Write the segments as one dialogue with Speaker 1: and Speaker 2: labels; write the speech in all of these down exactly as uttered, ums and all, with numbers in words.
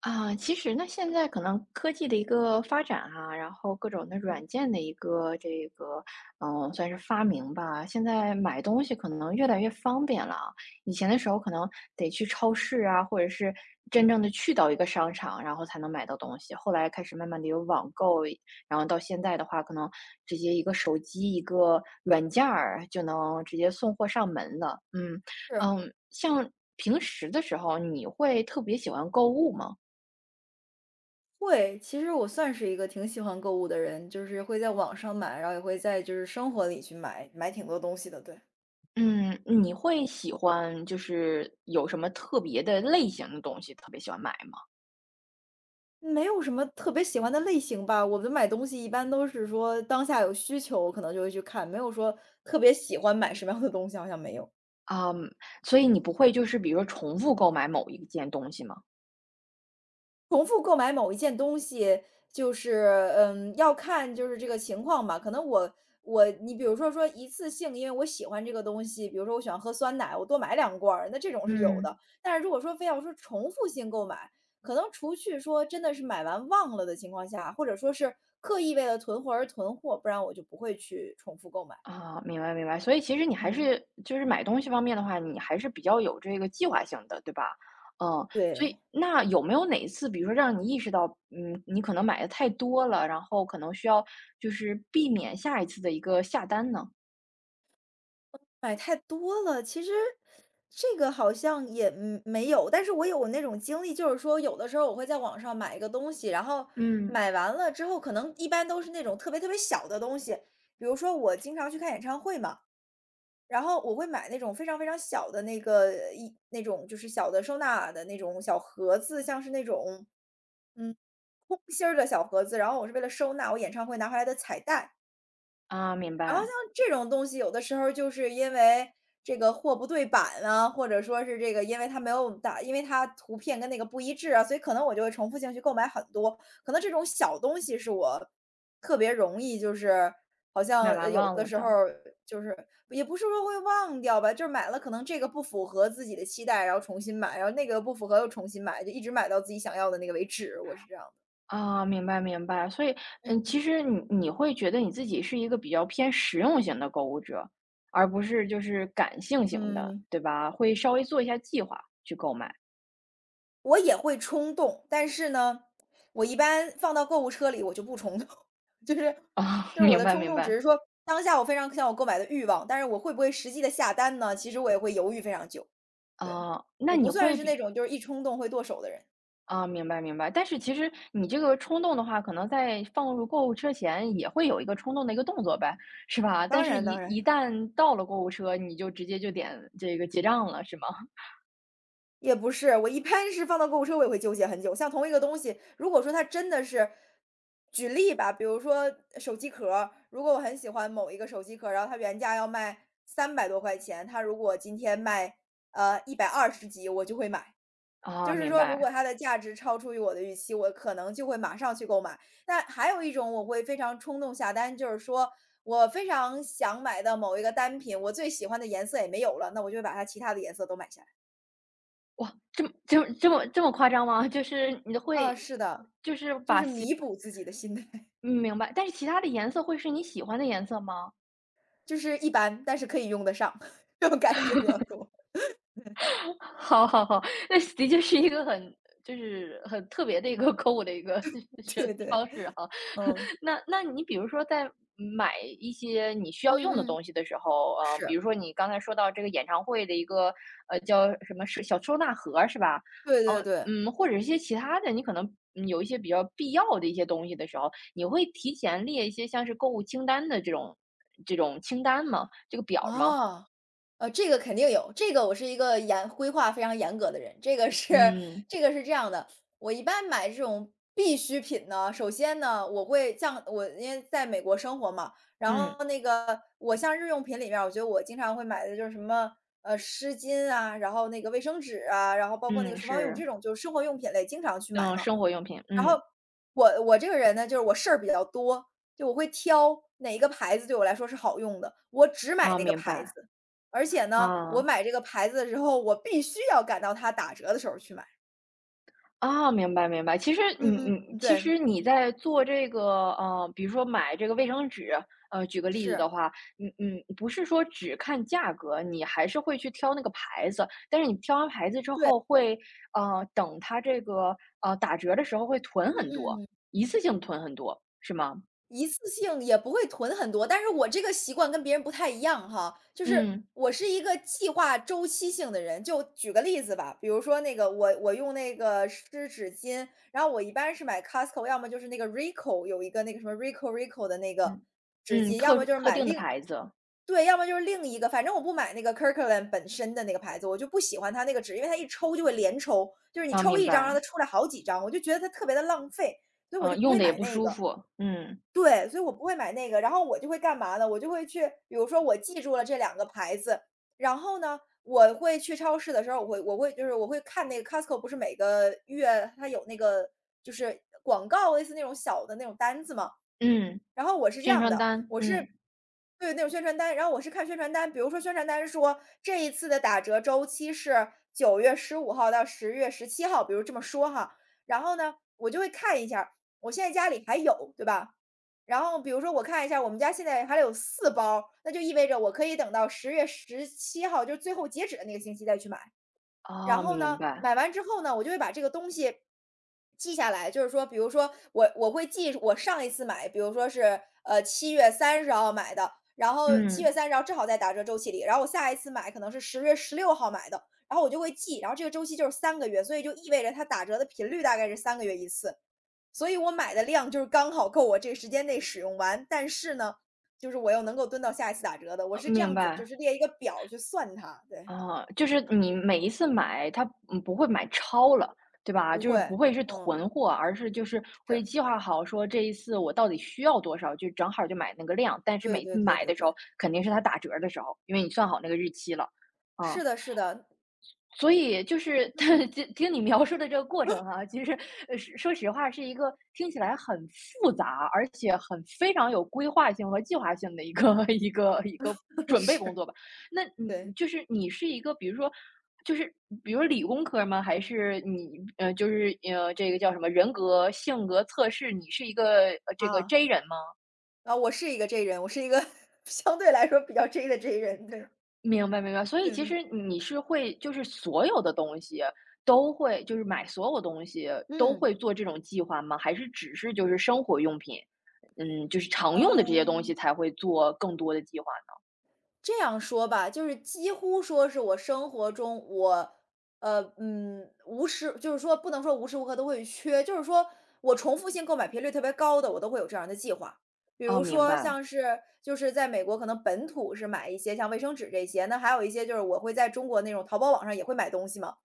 Speaker 1: 啊，其实呢，现在可能科技的一个发展啊，然后各种的
Speaker 2: 嗯，
Speaker 1: 软件的一个这个，嗯，算是发明吧。现在买东西可能越来越方便了啊。以前的时候可能得去超市啊，或者是真正的去到一个商场，然后才能买到东西。后来开始慢慢的有网购，然后到现在的话，可能直接一个手机一个软件儿就能直接送货上门了。嗯。
Speaker 2: 是，
Speaker 1: 嗯，像平时的时候，你会特别喜欢购物吗？
Speaker 2: 会。其实我算是一个挺喜欢购物的人，就是会在网上买，然后也会在就是生活里去买，买挺多东西的，对。
Speaker 1: 嗯，你会喜欢就是有什么特别的类型的东西特别喜欢买吗？
Speaker 2: 没有什么特别喜欢的类型吧，我们买东西一般都是说当下有需求，可能就会去看，没有说特别喜欢买什么样的东西，好像没有。
Speaker 1: 啊，所以你不会就是比如说重复购买某一件东西吗？
Speaker 2: 重复购买某一件东西，就是，嗯，要看就是这个情况吧。可能我我你比如说说一次性，因为我喜欢这个东西，比如说我喜欢喝酸奶，我多买两罐儿，那这种是有
Speaker 1: 嗯。
Speaker 2: 的。但是如果说非要说重复性购买，可能除去说真的是买完忘了的情况下，或者说是刻意为了囤货而囤货，不然我就不会去重复购买。
Speaker 1: 啊，明白明白，所以其实你还
Speaker 2: 嗯。
Speaker 1: 是就是买东西方面的话，你还是比较有这个计划性的，对吧？嗯，所
Speaker 2: 对。
Speaker 1: 以那有没有哪一次，比如说让你意识到，嗯，你可能买的太多了，然后可能需要就是避免下一次的一个下单呢？
Speaker 2: 买太多了，其实这个好像也嗯没有，但是我有那种经历，就是说有的时候我会在网上买一个东西，然后
Speaker 1: 嗯。
Speaker 2: 买完了之后，可能一般都是那种特别特别小的东西，比如说我经常去看演唱会嘛，然后我会买那种非常非常小的那个一那种就是小的收纳的那种小盒子，像是那种嗯空心儿的小盒子，然后我是为了收纳我演唱会拿回来的彩带。
Speaker 1: 啊，明
Speaker 2: 然后像
Speaker 1: 白，
Speaker 2: 这种东西，有的时候就是因为这个货不对版啊，或者说是这个因为它没有打因为它图片跟那个不一致啊，所以可能我就会重复性去购买很多。可能这种小东西是我特别容易就是好像，
Speaker 1: 买
Speaker 2: 呃
Speaker 1: 完
Speaker 2: 有
Speaker 1: 忘
Speaker 2: 的
Speaker 1: 了
Speaker 2: 时候
Speaker 1: 的。
Speaker 2: 就是也不是说会忘掉吧，就是买了可能这个不符合自己的期待，然后重新买，然后那个不符合又重新买，就一直买到自己想要的那个为止，我是这样的。
Speaker 1: 啊，明白明白，所以，嗯，
Speaker 2: 嗯。
Speaker 1: 其实你你会觉得你自己是一个比较偏实用型的购物者，而不是就是感性型的，
Speaker 2: 嗯。
Speaker 1: 对吧？会稍微做一下计划去购买。
Speaker 2: 我也会冲动，但是呢，我一般放到购物车里我就不冲动，就是
Speaker 1: 啊，
Speaker 2: 就是我
Speaker 1: 明
Speaker 2: 的
Speaker 1: 白
Speaker 2: 冲
Speaker 1: 明
Speaker 2: 动只
Speaker 1: 白。
Speaker 2: 是说当下我非常想我购买的欲望，但是我会不会实际的下单呢？其实我也会犹豫非常久，对。
Speaker 1: 啊，那
Speaker 2: 我
Speaker 1: 你
Speaker 2: 不算
Speaker 1: 会
Speaker 2: 是那
Speaker 1: 比。
Speaker 2: 种就是一冲动会剁手的人，
Speaker 1: 啊，明白明白。但是其实你这个冲动的话，可能在放入购物车前也会有一个冲动的一个动作呗，是吧？但
Speaker 2: 当
Speaker 1: 是
Speaker 2: 然
Speaker 1: 一
Speaker 2: 当然。
Speaker 1: 一旦到了购物车，你就直接就点这个结账了，是吗？
Speaker 2: 也不是，我一般是放到购物车，我也会纠结很久。像同一个东西，如果说它真的是举例吧，比如说手机壳儿，如果我很喜欢某一个手机壳儿，然后它原价要卖三百多块钱，它如果今天卖呃一百二十几，我就会买。就
Speaker 1: 啊，
Speaker 2: 是
Speaker 1: 明
Speaker 2: 说，如果
Speaker 1: 白。
Speaker 2: 它的价值超出于我的预期，我可能就会马上去购买。那还有一种，我会非常冲动下单，就是说我非常想买的某一个单品，我最喜欢的颜色也没有了，那我就会把它其他的颜色都买下来。
Speaker 1: 哇，这么这么这么这么夸张吗？就是你
Speaker 2: 啊，
Speaker 1: 会
Speaker 2: 是的。
Speaker 1: 就是
Speaker 2: 就
Speaker 1: 把
Speaker 2: 是
Speaker 1: 其。
Speaker 2: 弥补自己的心态，
Speaker 1: 嗯，明白，但是其他的颜色会是你喜欢的颜色吗？
Speaker 2: 就是一般，但是可以用得上，这种感觉比较多。
Speaker 1: 好好好，那的确是一个很就是很特别的一个 购物的一个 选
Speaker 2: 对对，
Speaker 1: 方式哈。
Speaker 2: 嗯。
Speaker 1: 那那你比如说在买一些你需要用的
Speaker 2: 嗯嗯。
Speaker 1: 东西的时候，呃，比
Speaker 2: 是，
Speaker 1: 如说你刚才说到这个演唱会的一个呃叫什么是小收纳盒儿是吧？
Speaker 2: 对对
Speaker 1: 哦，
Speaker 2: 对，
Speaker 1: 嗯，或者是一些其他的，你可能嗯有一些比较必要的一些东西的时候，你会提前列一些像是购物清单的这种这种清单吗？这个表儿吗？
Speaker 2: 啊。呃，这个肯定有，这个我是一个严规划非常严格的人。这个是
Speaker 1: 嗯。
Speaker 2: 这个是这样的，我一般买这种必需品呢，首先呢，我会像我因为在美国生活嘛，然
Speaker 1: 嗯，
Speaker 2: 后那个我像日用品里面儿我觉得我经常会买的就是什么呃湿巾啊，然后那个卫生纸啊，然后包括那个
Speaker 1: 嗯，
Speaker 2: 厨房用这
Speaker 1: 是。
Speaker 2: 种就是生活用品类经常去买
Speaker 1: 嗯，
Speaker 2: 嘛。
Speaker 1: 生活用品，
Speaker 2: 然后
Speaker 1: 嗯。
Speaker 2: 我我这个人呢，就是我事儿比较多，就我会挑哪一个牌子对我来说是好用的，我只买
Speaker 1: 啊，
Speaker 2: 那个
Speaker 1: 明
Speaker 2: 牌
Speaker 1: 白。
Speaker 2: 子。而且呢，我
Speaker 1: 啊。
Speaker 2: 买这个牌子的时候，我必须要赶到它打折的时候去买。
Speaker 1: 啊，明白明白。其实
Speaker 2: 嗯
Speaker 1: 你
Speaker 2: 嗯，
Speaker 1: 你
Speaker 2: 嗯
Speaker 1: 其
Speaker 2: 对，
Speaker 1: 实你在做这个，呃，比如说买这个卫生纸，呃，举个例子的
Speaker 2: 是，
Speaker 1: 话，你你不是说只看价格，你还是会去挑那个牌子，但是你挑完牌子之后会，呃，等它这个呃打折的时候会囤很多，
Speaker 2: 嗯嗯。
Speaker 1: 一次性囤很多，是吗？
Speaker 2: 一次性也不会囤很多，但是我这个习惯跟别人不太一样哈，就是
Speaker 1: 嗯。
Speaker 2: 我是一个计划周期性的人。就举个例子吧，比如说那个我我用那个湿纸巾，然后我一般是买 Costco,要么就是那个 Ricoh 有一个那个什么 Ricoh Ricoh 的那个
Speaker 1: 嗯，
Speaker 2: 纸
Speaker 1: 嗯，
Speaker 2: 巾，要
Speaker 1: 特
Speaker 2: 么就是
Speaker 1: 特
Speaker 2: 买
Speaker 1: 定的
Speaker 2: 另
Speaker 1: 牌子。
Speaker 2: 对，要么就是另一个，反正我不买那个 Kirkland 本身的那个牌子，我就不喜欢它那个纸，因为它一抽就会连抽，就是你
Speaker 1: 啊，
Speaker 2: 抽
Speaker 1: 明
Speaker 2: 一张，让
Speaker 1: 白。
Speaker 2: 它出来好几张，我就觉得它特别的浪费，所以我就
Speaker 1: 嗯，
Speaker 2: 不
Speaker 1: 用
Speaker 2: 会
Speaker 1: 的也
Speaker 2: 买
Speaker 1: 不
Speaker 2: 那
Speaker 1: 舒
Speaker 2: 个。
Speaker 1: 服。嗯
Speaker 2: 对，所以我不会买那个，然后我就会干嘛呢？我就会去比如说我记住了这两个牌子，然后呢，我会去超市的时候，我会我会就是我会看那个 Costco 不是每个月它有那个就是广告，类似那种小的那种单子嘛。
Speaker 1: 嗯。
Speaker 2: 然后我是这
Speaker 1: 宣
Speaker 2: 样
Speaker 1: 传
Speaker 2: 的，
Speaker 1: 单，
Speaker 2: 我是
Speaker 1: 嗯。
Speaker 2: 对，那种宣传单，然后我是看宣传单，比如说宣传单说这一次的打折周期是九月十五号到十月十七号，比如这么说哈。然后呢，我就会看一下儿我现在家里还有，对吧？然后比如说我看一下我们家现在还有四包儿那就意味着我可以等到十月十七号，就是最后截止的那个星期再去买。然
Speaker 1: 哦，
Speaker 2: 后
Speaker 1: 明
Speaker 2: 呢，
Speaker 1: 白。
Speaker 2: 买完之后呢，我就会把这个东西记下来，就是说，比如说我我会记我上一次买，比如说是呃七月三十号买的，然后七
Speaker 1: 嗯。
Speaker 2: 月三十号正好在打折周期里，然后我下一次买可能是十月十六号买的，然后我就会记，然后这个周期就是三个月，所以就意味着它打折的频率大概是三个月一次，所以我买的量就是刚好够我这个时间内使用完，但是呢，就是我又能够蹲到下一次打折的，我
Speaker 1: 呃
Speaker 2: 是这
Speaker 1: 明
Speaker 2: 样子，就
Speaker 1: 白。
Speaker 2: 是列一个表儿去算它，对，
Speaker 1: 哦，就是你每一次买它，嗯，不会买超了，对吧？
Speaker 2: 不
Speaker 1: 就是
Speaker 2: 会，
Speaker 1: 不会是
Speaker 2: 嗯，
Speaker 1: 囤货，而是就是会
Speaker 2: 是。
Speaker 1: 计划好说这一次我到底需要多少，就正好就买那个量，但是
Speaker 2: 对
Speaker 1: 每
Speaker 2: 对
Speaker 1: 次
Speaker 2: 对
Speaker 1: 买
Speaker 2: 对
Speaker 1: 的时
Speaker 2: 对，
Speaker 1: 候肯定是它打折的时候，因为你算好那个日期了。嗯。
Speaker 2: 是的是的，
Speaker 1: 所以就是
Speaker 2: 嗯。
Speaker 1: 听听你描述的这个过程哈，其实呃是说实话是一个听起来很复杂，而且很非常有规划性和计划性的一个 一个一个 准备工
Speaker 2: 是，
Speaker 1: 作吧。那你
Speaker 2: 对。
Speaker 1: 就是你是一个，比如说。就是比如理工科吗？还是你呃，就是呃，这个叫什么人格性格测试？你是一个呃这个
Speaker 2: 啊，
Speaker 1: J 人吗？
Speaker 2: 啊，我是一个 J 人，我是一个 相对来说比较 J 的 J 人，对。
Speaker 1: 明白明白，所以
Speaker 2: 对
Speaker 1: 其
Speaker 2: 对。
Speaker 1: 实你是会就是所有的东西都会就是买所有东西都
Speaker 2: 嗯。
Speaker 1: 会做这种计划吗？还是只是就是生活用品，嗯，就是常用的这些
Speaker 2: 嗯。
Speaker 1: 东西才会做更多的计划？
Speaker 2: 这样说吧，就是几乎说是我生活中我，呃，嗯，无时就是说不能说无时无刻都会缺，就是说我重复性购买频率特别高的，我都会有这样的计划。比
Speaker 1: 哦，
Speaker 2: 如
Speaker 1: 明
Speaker 2: 说
Speaker 1: 白。
Speaker 2: 像是就是在美国可能本土是买一些像卫生纸这些，那还有一些就是我会在中国那种淘宝网上也会买东西嘛，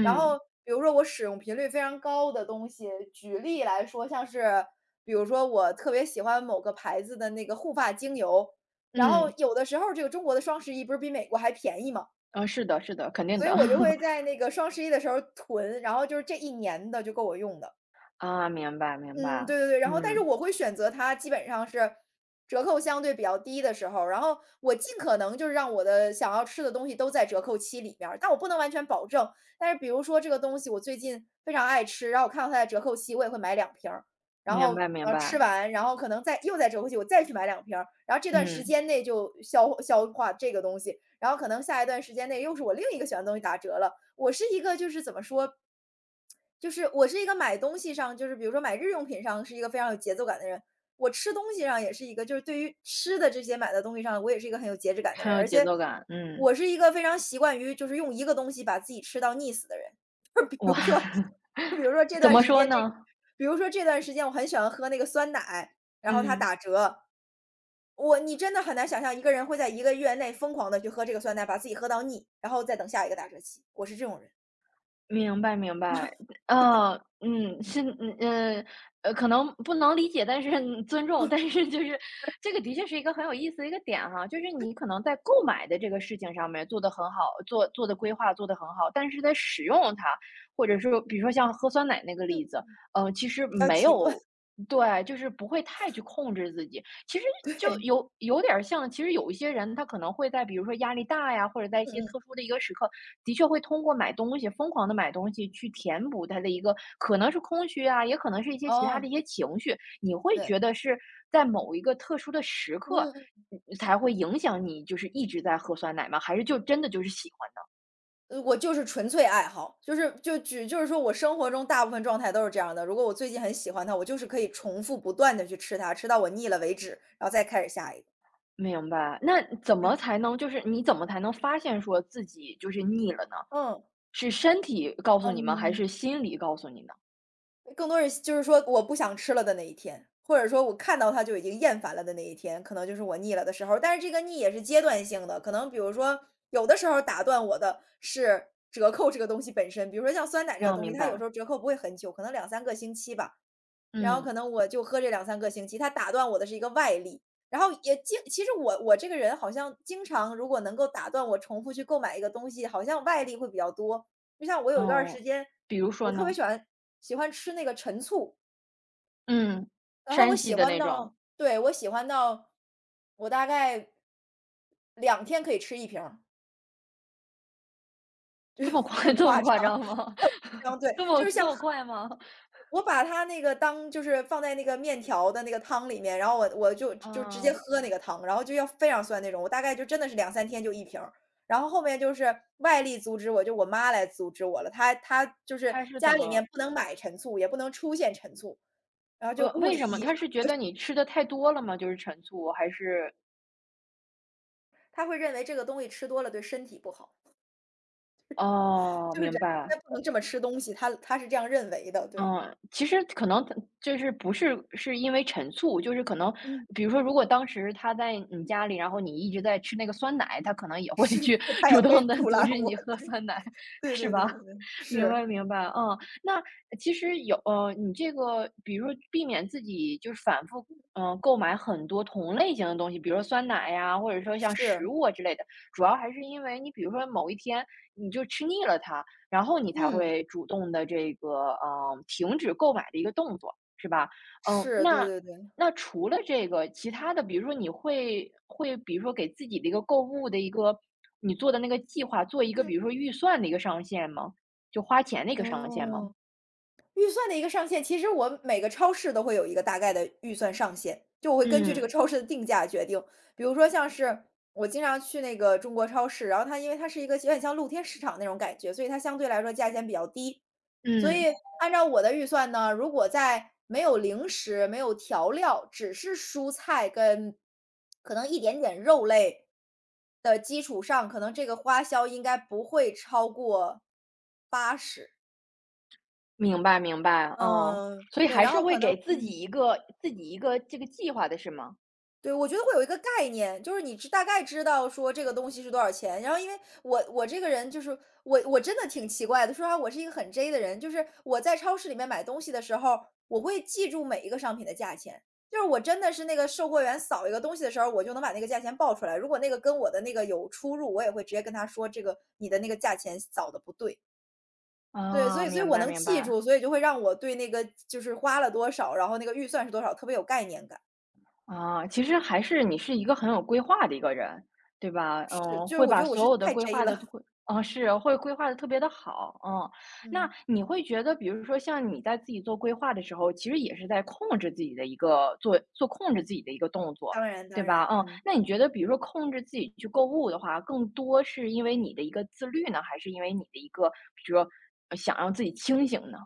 Speaker 2: 然后比如说我使用频率非常高的东西，举例来说，像是比如说我特别喜欢某个牌子的那个护发精油，然后
Speaker 1: 嗯。
Speaker 2: 有的时候这个中国的双十一不是比美国还便宜嘛，
Speaker 1: 嗯，是的是的，肯定
Speaker 2: 所以
Speaker 1: 的
Speaker 2: 我就会 在那个双十一的时候囤，然后就是这一年的就够我用的。
Speaker 1: 啊，明白明
Speaker 2: 嗯，
Speaker 1: 白。
Speaker 2: 对对对，然后但是
Speaker 1: 嗯，
Speaker 2: 我会选择它基本上是折扣相对比较低的时候，然后我尽可能就是让我的想要吃的东西都在折扣期里面儿，但我不能完全保证。但是比如说这个东西我最近非常爱吃，然后我看到它在折扣期，我也会买两瓶儿，然后
Speaker 1: 明白明
Speaker 2: 呃吃
Speaker 1: 白。
Speaker 2: 完，然后可能再又在折扣期，我再去买两瓶儿，然后这段时
Speaker 1: 嗯，
Speaker 2: 间内就消消化这个东西，然后可能下一段时间内又是我另一个喜欢的东西打折了。我是一个就是怎么说，就是我是一个买东西上，就是比如说买日用品上是一个非常有节奏感的人，我吃东西上也是一个，就是对于吃的这些买的东西上，我也是一个很有节制感的
Speaker 1: 很
Speaker 2: 人，
Speaker 1: 有
Speaker 2: 而
Speaker 1: 节
Speaker 2: 且
Speaker 1: 奏感。嗯。
Speaker 2: 我是一个非常习惯于就是用一个东西把自己吃到腻死的人。就比
Speaker 1: 哇，
Speaker 2: 如说，比如说 这
Speaker 1: 怎
Speaker 2: 段
Speaker 1: 么
Speaker 2: 时
Speaker 1: 说
Speaker 2: 间这，
Speaker 1: 呢？
Speaker 2: 比如说这段时间我很喜欢喝那个酸奶，然后它
Speaker 1: 嗯。
Speaker 2: 打折，我你真的很难想象一个人会在一个月内疯狂的去喝这个酸奶，把自己喝到腻，然后再等下一个打折期。我是这种人，
Speaker 1: 明白明白。
Speaker 2: 对，
Speaker 1: 呃，嗯，是。嗯，呃，呃，可能不能理解，但是嗯尊重，但是就是这个的确是一个很有意思的一个点哈，就是你可能在购买的这个事情上面做得很好，做做的规划做得很好，但是在使用它，或者说比如说像喝酸奶那个例
Speaker 2: 嗯，
Speaker 1: 子，呃，其实
Speaker 2: 比较
Speaker 1: 没
Speaker 2: 极端，
Speaker 1: 有。对，就是不会太去控制自己，其实 就
Speaker 2: 对，
Speaker 1: 有有点儿像，其实有一些人他可能会在比如说压力大呀，或者在一些
Speaker 2: 嗯嗯，
Speaker 1: 特殊的一个时刻。的确会通过买东西疯狂的买东西去填补他的一个可能是空虚啊，也可能是一些其他的一
Speaker 2: 哦。
Speaker 1: 些情绪。你会
Speaker 2: 对，
Speaker 1: 觉得是在某一个特殊的时刻，
Speaker 2: 嗯嗯，
Speaker 1: 嗯才会影响你就是一直在喝酸奶吗？还是就真的就是喜欢呢？
Speaker 2: 呃我就是纯粹爱好，就是就只就是说我生活中大部分状态都是这样的。如果我最近很喜欢它，我就是可以重复不断的去吃它，吃到我腻了为止，然后再开始下一个。
Speaker 1: 明白，那怎么
Speaker 2: 对，
Speaker 1: 才能就是你怎么才能发现说自己就是腻了呢？
Speaker 2: 嗯
Speaker 1: 是身体告诉你吗？还
Speaker 2: 嗯，
Speaker 1: 是心理告诉你呢？
Speaker 2: 更多是就是说我不想吃了的那一天，或者说我看到它就已经厌烦了的那一天，可能就是我腻了的时候。但是这个腻也是阶段性的，可能比如说有的时候打断我的是折扣这个东西本身，比如说像酸奶这个
Speaker 1: 啊，
Speaker 2: 东西，
Speaker 1: 明
Speaker 2: 它有时
Speaker 1: 白。
Speaker 2: 候折扣不会很久，可能两三个星期吧。然后可
Speaker 1: 嗯。
Speaker 2: 能我就喝这两三个星期，它打断我的是一个外力。然后也经其实我我这个人好像经常如果能够打断我重复去购买一个东西，好像外力会比较多。就像我有一段儿时
Speaker 1: 哦，
Speaker 2: 间，
Speaker 1: 比如说
Speaker 2: 我特别
Speaker 1: 呢？
Speaker 2: 喜欢喜欢吃那个陈醋，
Speaker 1: 嗯，
Speaker 2: 然后我
Speaker 1: 山西
Speaker 2: 喜
Speaker 1: 的
Speaker 2: 欢
Speaker 1: 那
Speaker 2: 到
Speaker 1: 种。
Speaker 2: 对，我喜欢到我大概两天可以吃一瓶儿
Speaker 1: 这么快
Speaker 2: 很
Speaker 1: 这
Speaker 2: 夸
Speaker 1: 么夸
Speaker 2: 张。
Speaker 1: 张 吗？
Speaker 2: 然后对，
Speaker 1: 这
Speaker 2: 就
Speaker 1: 么
Speaker 2: 是
Speaker 1: 这
Speaker 2: 像
Speaker 1: 么快吗？
Speaker 2: 我把它那个当就是放在那个面条的那个汤里面，然后我我就就直接
Speaker 1: 嗯，
Speaker 2: 喝那个汤，然后就要非常酸那种，我大概就真的是两三天就一瓶儿。然后后面就是外力阻止我，就我妈来阻止我了，她她就是
Speaker 1: 他是
Speaker 2: 家
Speaker 1: 怎
Speaker 2: 里面
Speaker 1: 么
Speaker 2: 不能买陈醋，也不能出现陈醋，然后就
Speaker 1: 呃，
Speaker 2: 物理
Speaker 1: 为什
Speaker 2: 意
Speaker 1: 么？
Speaker 2: 义上，
Speaker 1: 他是觉得你吃的太多了吗？就是陈醋还是。
Speaker 2: 她会认为这个东西吃多了对身体不好，
Speaker 1: 哦，
Speaker 2: 就是人
Speaker 1: 明
Speaker 2: 应该
Speaker 1: 白。
Speaker 2: 不能这么吃东西，她她是这样认为的，对。
Speaker 1: 嗯，其实可能他就是不是是因为陈醋，就是可能
Speaker 2: 嗯，
Speaker 1: 比如说，如果当时他在你家里，然后你一直在吃那个酸奶，他可能也会
Speaker 2: 是，
Speaker 1: 去
Speaker 2: 她也
Speaker 1: 主
Speaker 2: 会
Speaker 1: 动的
Speaker 2: 阻
Speaker 1: 阻
Speaker 2: 拦
Speaker 1: 止
Speaker 2: 我，
Speaker 1: 你喝酸奶，
Speaker 2: 对，
Speaker 1: 是
Speaker 2: 对对
Speaker 1: 吧？
Speaker 2: 对对对，
Speaker 1: 明
Speaker 2: 是，
Speaker 1: 白明白。嗯，那其实有呃，你这个比如说避免自己就是反复嗯、呃购买很多同类型的东西，比如说酸奶呀，或者说像食
Speaker 2: 是，
Speaker 1: 物啊之类的，主要还是因为你比如说某一天你就吃腻了它，然后你才
Speaker 2: 嗯。
Speaker 1: 会主动的这个，嗯停止购买的一个动作，是吧？嗯，
Speaker 2: 是，对
Speaker 1: 那
Speaker 2: 对对。
Speaker 1: 那除了这个，其他的，比如说你会会比如说给自己的一个购物的一个你做的那个计划，做一个比如说
Speaker 2: 嗯。
Speaker 1: 预算的一个上限吗？就花钱的一个上限吗？
Speaker 2: 哦，预算的一个上限，其实我每个超市都会有一个大概的预算上限，就我会根据这个
Speaker 1: 嗯。
Speaker 2: 超市的定价决定。比如说像是我经常去那个中国超市，然后它因为它是一个有点像露天市场那种感觉，所以它相对来说价钱比较低。所
Speaker 1: 嗯，
Speaker 2: 以按照我的预算呢，如果在没有零食、没有调料，只是蔬菜跟可能一点点肉类的基础上，可能这个花销应该不会超过八十。
Speaker 1: 明白明白。嗯，
Speaker 2: 嗯，
Speaker 1: 所以
Speaker 2: 对，
Speaker 1: 还
Speaker 2: 然
Speaker 1: 是
Speaker 2: 后
Speaker 1: 会
Speaker 2: 可
Speaker 1: 给
Speaker 2: 能
Speaker 1: 自己
Speaker 2: 嗯，
Speaker 1: 一个自己一个这个计划的是吗？
Speaker 2: 对，我觉得会有一个概念，就是你知大概知道说这个东西是多少钱。然后因为我我这个人就是我我真的挺奇怪的，说实话，我是一个很 J 的人，就是我在超市里面买东西的时候，我会记住每一个商品的价钱。就是我真的是那个售货员扫一个东西的时候，我就能把那个价钱报出来。如果那个跟我的那个有出入，我也会直接跟他说这个你的那个价钱扫的不对。对，所
Speaker 1: 啊，
Speaker 2: 以所以
Speaker 1: 明
Speaker 2: 我
Speaker 1: 白
Speaker 2: 能
Speaker 1: 明
Speaker 2: 记
Speaker 1: 白。
Speaker 2: 住，所以就会让我对那个就是花了多少，然后那个预算是多少，特别有概念感。
Speaker 1: 啊，其实还是你是一个很有规划的一个人，对吧？
Speaker 2: 是，
Speaker 1: 嗯，
Speaker 2: 就是
Speaker 1: 会
Speaker 2: 我觉
Speaker 1: 把
Speaker 2: 得我
Speaker 1: 所
Speaker 2: 是
Speaker 1: 有的
Speaker 2: 太
Speaker 1: 规
Speaker 2: J
Speaker 1: 划的
Speaker 2: 了。
Speaker 1: 都会 啊，是，会规划的特别的好。嗯。那
Speaker 2: 嗯，
Speaker 1: 你会觉得比如说像你在自己做规划的时候，其实也是在控制自己的一个做做控制自己的一个动作，
Speaker 2: 当然
Speaker 1: 对
Speaker 2: 当
Speaker 1: 吧？
Speaker 2: 然，
Speaker 1: 嗯，
Speaker 2: 嗯。
Speaker 1: 那你觉得比如说控制自己去购物的话，更多是因为你的一个自律呢，还是因为你的一个比如说，呃想让自己清醒呢？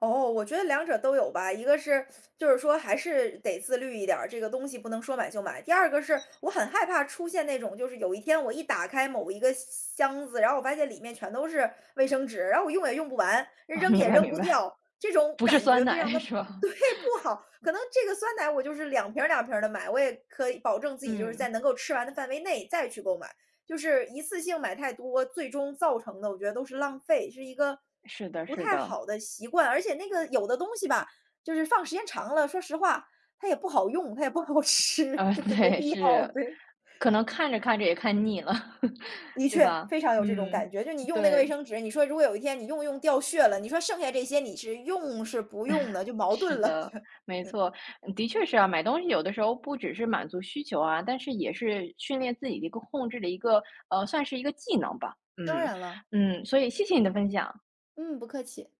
Speaker 2: 哦，我觉得两者都有吧。一个是就是说还是得自律一点儿，这个东西不能说买就买。第二个是我很害怕出现那种，就是有一天我一打开某一个箱子，然后我发现里面全都是卫生纸，然后我用也用不完，
Speaker 1: 啊，
Speaker 2: 扔
Speaker 1: 明
Speaker 2: 也
Speaker 1: 白
Speaker 2: 扔
Speaker 1: 明
Speaker 2: 不
Speaker 1: 白。
Speaker 2: 掉，这种
Speaker 1: 不是
Speaker 2: 感觉
Speaker 1: 酸
Speaker 2: 非常
Speaker 1: 奶
Speaker 2: 的
Speaker 1: 是 吧？
Speaker 2: 对不好。可能这个酸奶我就是两瓶儿两瓶的买，我也可以保证自己就是在
Speaker 1: 嗯，
Speaker 2: 能够吃完的范围内再去购买。就是一次性买太多，最终造成的我觉得都是浪费，是一个
Speaker 1: 是的
Speaker 2: 不
Speaker 1: 是
Speaker 2: 太
Speaker 1: 的。
Speaker 2: 好的习惯。而且那个有的东西吧，就是放时间长了，说实话，它也不好用，它也不好 吃，
Speaker 1: 呃，
Speaker 2: 就是没
Speaker 1: 对，
Speaker 2: 必要。
Speaker 1: 是，
Speaker 2: 对，
Speaker 1: 可能看着看着也看腻了，
Speaker 2: 的
Speaker 1: 对
Speaker 2: 确
Speaker 1: 吧？
Speaker 2: 非常有这种感
Speaker 1: 嗯，
Speaker 2: 觉。就你用那个卫
Speaker 1: 对，
Speaker 2: 生纸，你说如果有一天你用用掉屑了，你说剩下这些你是用是不用的，就矛
Speaker 1: 是
Speaker 2: 盾了。
Speaker 1: 的，没
Speaker 2: 对，
Speaker 1: 错，的确是啊，买东西有的时候不只是满足需求啊，但是也是训练自己的一个控制的一个，呃，算是一个技能吧。
Speaker 2: 当
Speaker 1: 嗯。
Speaker 2: 然了，
Speaker 1: 嗯，所以谢谢你的分享。
Speaker 2: 嗯，不客气。